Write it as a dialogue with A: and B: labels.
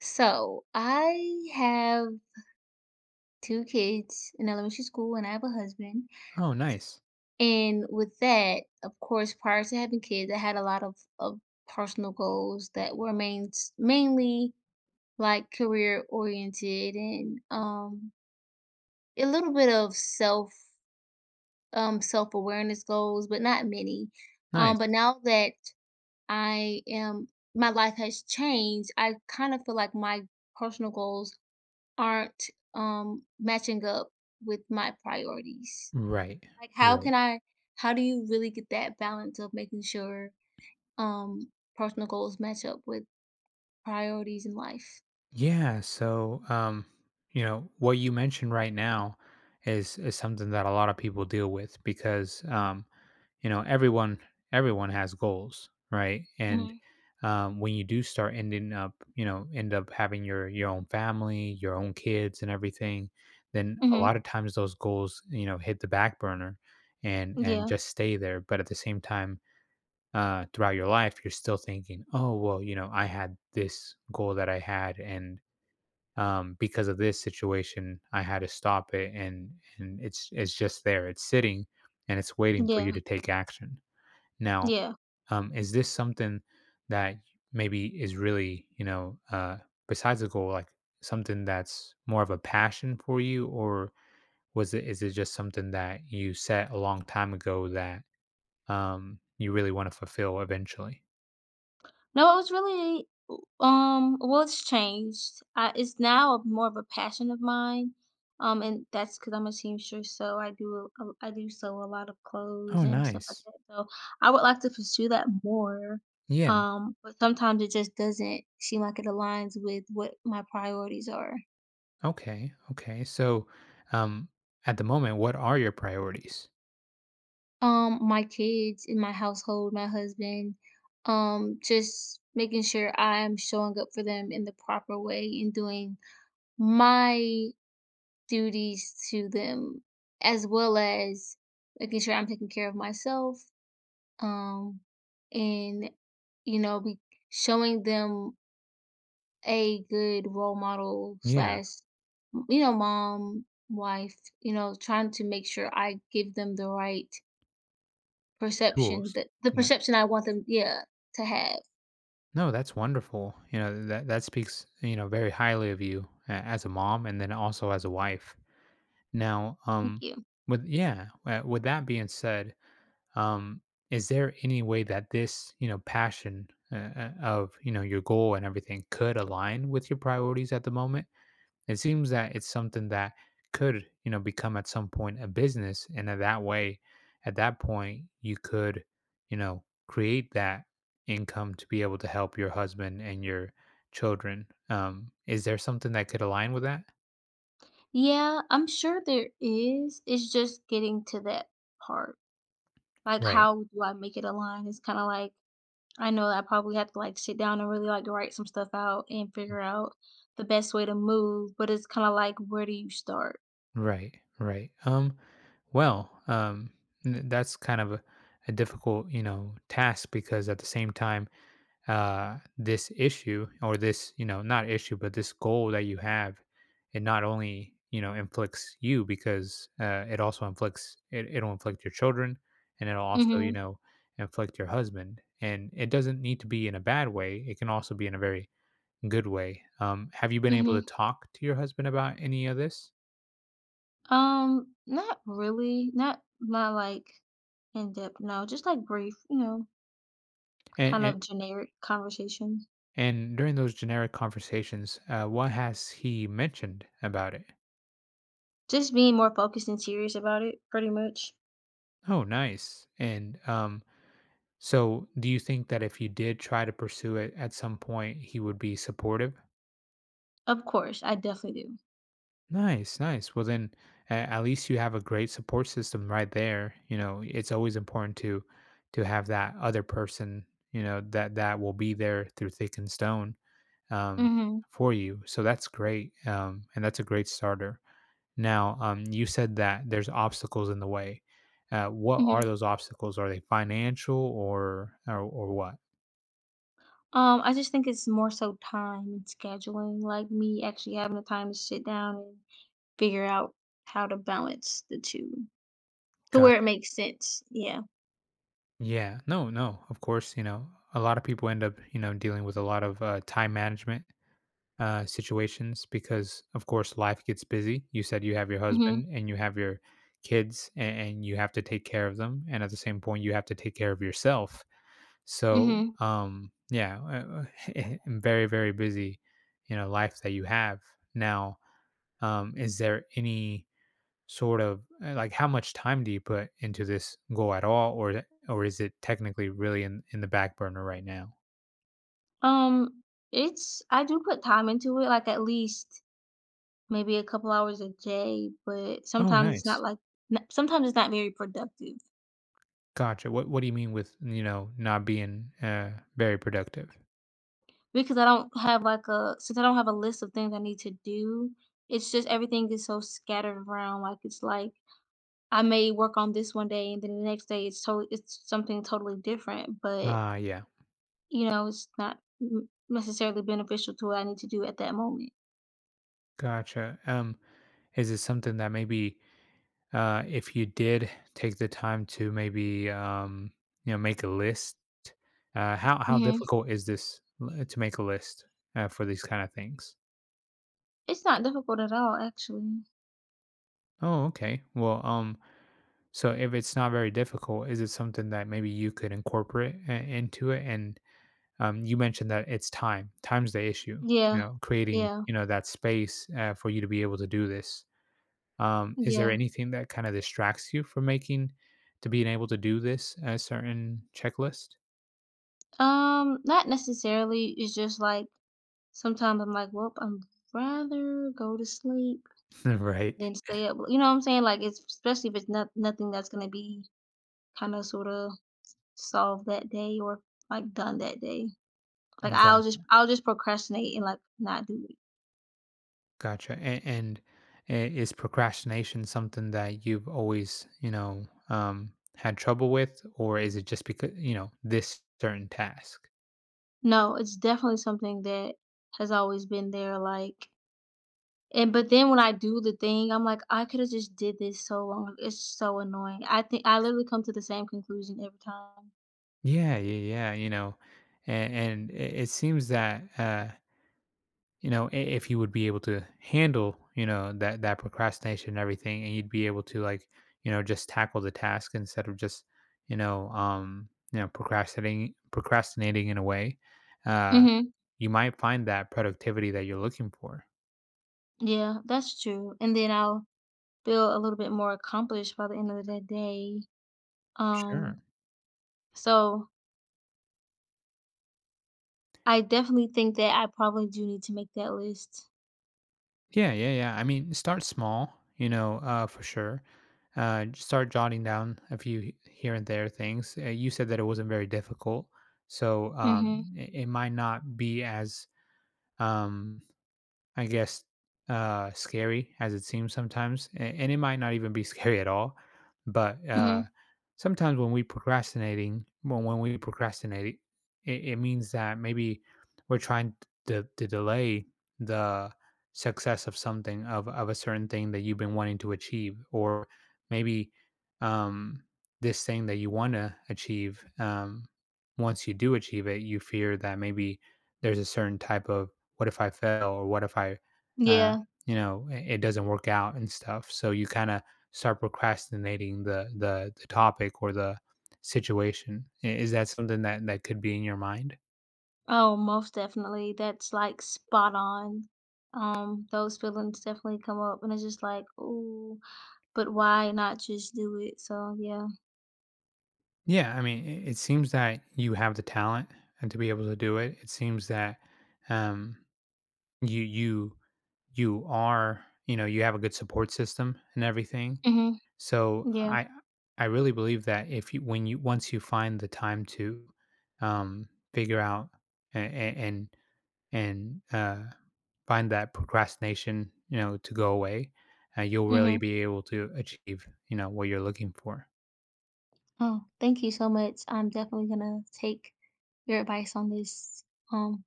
A: So I have two kids in elementary school and I have a husband.
B: Oh, nice.
A: And with that, of course, prior to having kids, I had a lot of personal goals that were mainly like career oriented and a little bit of self awareness goals, but not many.
B: Nice.
A: But now that I am my life has changed, I kind of feel like my personal goals aren't matching up with my priorities.
B: Right.
A: Like, how
B: Right.
A: can I how do you really get that balance of making sure, um, personal goals match up with priorities in life?
B: Yeah. So, you know, what you mentioned right now is something that a lot of people deal with because you know, everyone has goals, right? And
A: Mhm,
B: um, when you do start ending up, you know, end up having your own family, your own kids and everything, then a
A: mhm.
B: lot of times those goals, you know, hit the back burner and
A: Yeah,
B: just stay there. But at the same time, throughout your life, you're still thinking, oh, well, you know, I had this goal that I had, and because of this situation, I had to stop it, and it's just there, it's sitting, and it's waiting for
A: yeah,
B: you to take action. Now,
A: yeah.
B: is this something that maybe is really, you know, besides a goal, like something that's more of a passion for you, or was it is it just something that you set a long time ago that you really want to fulfill eventually?
A: No, it was really well, it's changed. I It's now a more of a passion of mine, and that's because 'cause I'm a seamstress, so I do sew a lot of clothes
B: Oh,
A: and stuff like
B: nice.
A: that, so I would like to pursue that more,
B: Yeah.
A: but sometimes it just doesn't seem like it aligns with what my priorities are.
B: Okay. Okay. So, um, at the moment, what are your priorities?
A: My kids in my household, my husband, just making sure I'm showing up for them in the proper way and doing my duties to them, as well as making sure I'm taking care of myself, um, and you know, be showing them a good role model
B: Yeah.
A: slash, you know, mom, wife, you know, trying to make sure I give them the right
B: Tools. Yeah.
A: perception I want them, yeah, to have.
B: No, that's wonderful. You know that that speaks you know very highly of you as a mom, and then also as a wife. Now,
A: Thank you.
B: with yeah, with that being said, um, is there any way that this you know passion of you know your goal and everything could align with your priorities at the moment? It seems that it's something that could, you know, become at some point a business. And in that way, at that point, you could, you know, create that income to be able to help your husband and your children. Is there something that could align with that?
A: Yeah, I'm sure there is. It's just getting to that part. Like,
B: Right.
A: how do I make it align? It's kind of like I know I probably have to, like, sit down and really, like, write some stuff out and figure out the best way to move, but it's kinda like, where do you start?
B: Right, right. Well, that's kind of a difficult, you know, task because at the same time, this issue or this, you know, not issue, but this goal that you have, it not only, you know, inflicts you because it also inflicts, it'll inflict your children and it'll also, you
A: Mhm,
B: know, inflict your husband. And it doesn't need to be in a bad way, it can also be in a very good way. Have you been able
A: mhm.
B: to talk to your husband about any of this?
A: Not really, not like, in-depth, no, just, like, brief, you know,
B: And,
A: kind
B: and,
A: of generic conversation.
B: and during those generic conversations, what has he mentioned about it?
A: Just being more focused and serious about it, pretty much.
B: Oh, nice. And so, do you think that if you did try to pursue it at some point, he would be supportive?
A: Of course, I definitely do.
B: Nice, nice. Well, then at least you have a great support system right there. You know, it's always important to have that other person. You know that that will be there through thick and stone um,
A: Mhm,
B: for you. So that's great, and that's a great starter. Now, you said that there's obstacles in the way. What are
A: mhm.
B: those obstacles? Are they financial or or what?
A: I just think it's more so time and scheduling, like, me actually having the time to sit down. Figure out how to balance the two to where it makes sense, yeah.
B: Yeah, no, no, of course, you know, a lot of people end up, you know, dealing with a lot of time management situations because, of course, life gets busy. You said you have your
A: Mhm,
B: husband and you have your kids and you have to take care of them. And at the same point, you have to take care of yourself. So,
A: mhm.
B: yeah, very, very busy, you know, life that you have. Now, is there any sort of like how much time do you put into this goal at all or or is it technically really in the back burner right now?
A: Um, it's I do put time into it, like, at least maybe a couple hours a day, but
B: Oh,
A: sometimes it's
B: nice.
A: not, like n sometimes it's not very productive
B: Gotcha. What do you mean with you know not being very productive?
A: because I don't have, like, a since I don't have a list of things I need to do, it's just everything is so scattered around, like, it's like I may work on this one day, and then the next day it's something totally different, but
B: Ah, yeah.
A: you know, it's not n necessarily beneficial to what I need to do at that moment.
B: Gotcha. Is it something that maybe if you did take the time to maybe you know make a list, how
A: Mhm.
B: difficult is this to make a list, for these kind of things?
A: It's not difficult at all, actually.
B: Oh, okay. Well, So if it's not very difficult, is it something that maybe you could incorporate into it? And you mentioned that it's time. Time's the issue. You
A: Yeah.
B: know, creating
A: Yeah.
B: you know that space for you to be able to do this. Is there
A: Yeah.
B: anything that kind of distracts you from making to being able to do this a certain checklist?
A: Not necessarily, it's just, like, sometimes I'm like, "Well, I'm rather go to sleep
B: Right.
A: than stay up," you know what I'm saying? Like, it's especially if it's not nothing that's gonna be kinda sorta solved that day, or, like, done that day. Like,
B: Got,
A: I'll just procrastinate and, like, not do it.
B: gotcha. And is procrastination something that you've always, you know, had trouble with, or is it just because, you know, this certain task?
A: No, it's definitely something that has always been there, like, and but then when I do the thing, I'm like, "I coulda just did this so long, it's so annoying." I think I literally come to the same conclusion every time.
B: Yeah, yeah, yeah. You know, and it seems that you know if you would be able to handle you know that that procrastination and everything, and you'd be able to like you know just tackle the task instead of just you know procrastinating in a way, uh,
A: Mhm.
B: you might find that productivity that you're looking for.
A: Yeah, that's true, and then I'll feel a little bit more accomplished by the end of the day.
B: Sure.
A: Um, so I definitely think that I probably do need to make that list.
B: Yeah, yeah, yeah. I mean, start small, you know, for sure. Start jotting down a few here and there things. You said that it wasn't very difficult, so
A: Mhm,
B: it might not be as um, I guess, scary as it seems sometimes, and it might not even be scary at all. But
A: mhm.
B: sometimes when we procrastinating, when we procrastinate, it means that maybe we're trying to delay the success of something of a certain thing that you've been wanting to achieve, or maybe um, this thing that you want to achieve. Once you do achieve it, you fear that maybe there's a certain type of what if I fail or what if I, uh,
A: Yeah.
B: you know, it doesn't work out and stuff. So you kind of start procrastinating the topic or the situation. I- Is that something that that could be in your mind?
A: Oh, most definitely. That's like spot on. Those feelings definitely come up, and it's just like, ooh, but why not just do it? So yeah.
B: Yeah, I mean, it seems that you have the talent and to be able to do it. It seems that um, you you you are you know you have a good support system and everything.
A: Mm-hmm.
B: So
A: Yeah.
B: I I really believe that if you when you once you find the time to figure out and and and find that procrastination, you know, to go away, you'll really
A: Mm-hmm.
B: be able to achieve you know what you're looking for.
A: Oh, thank you so much. I'm definitely gonna take your advice on this. Um,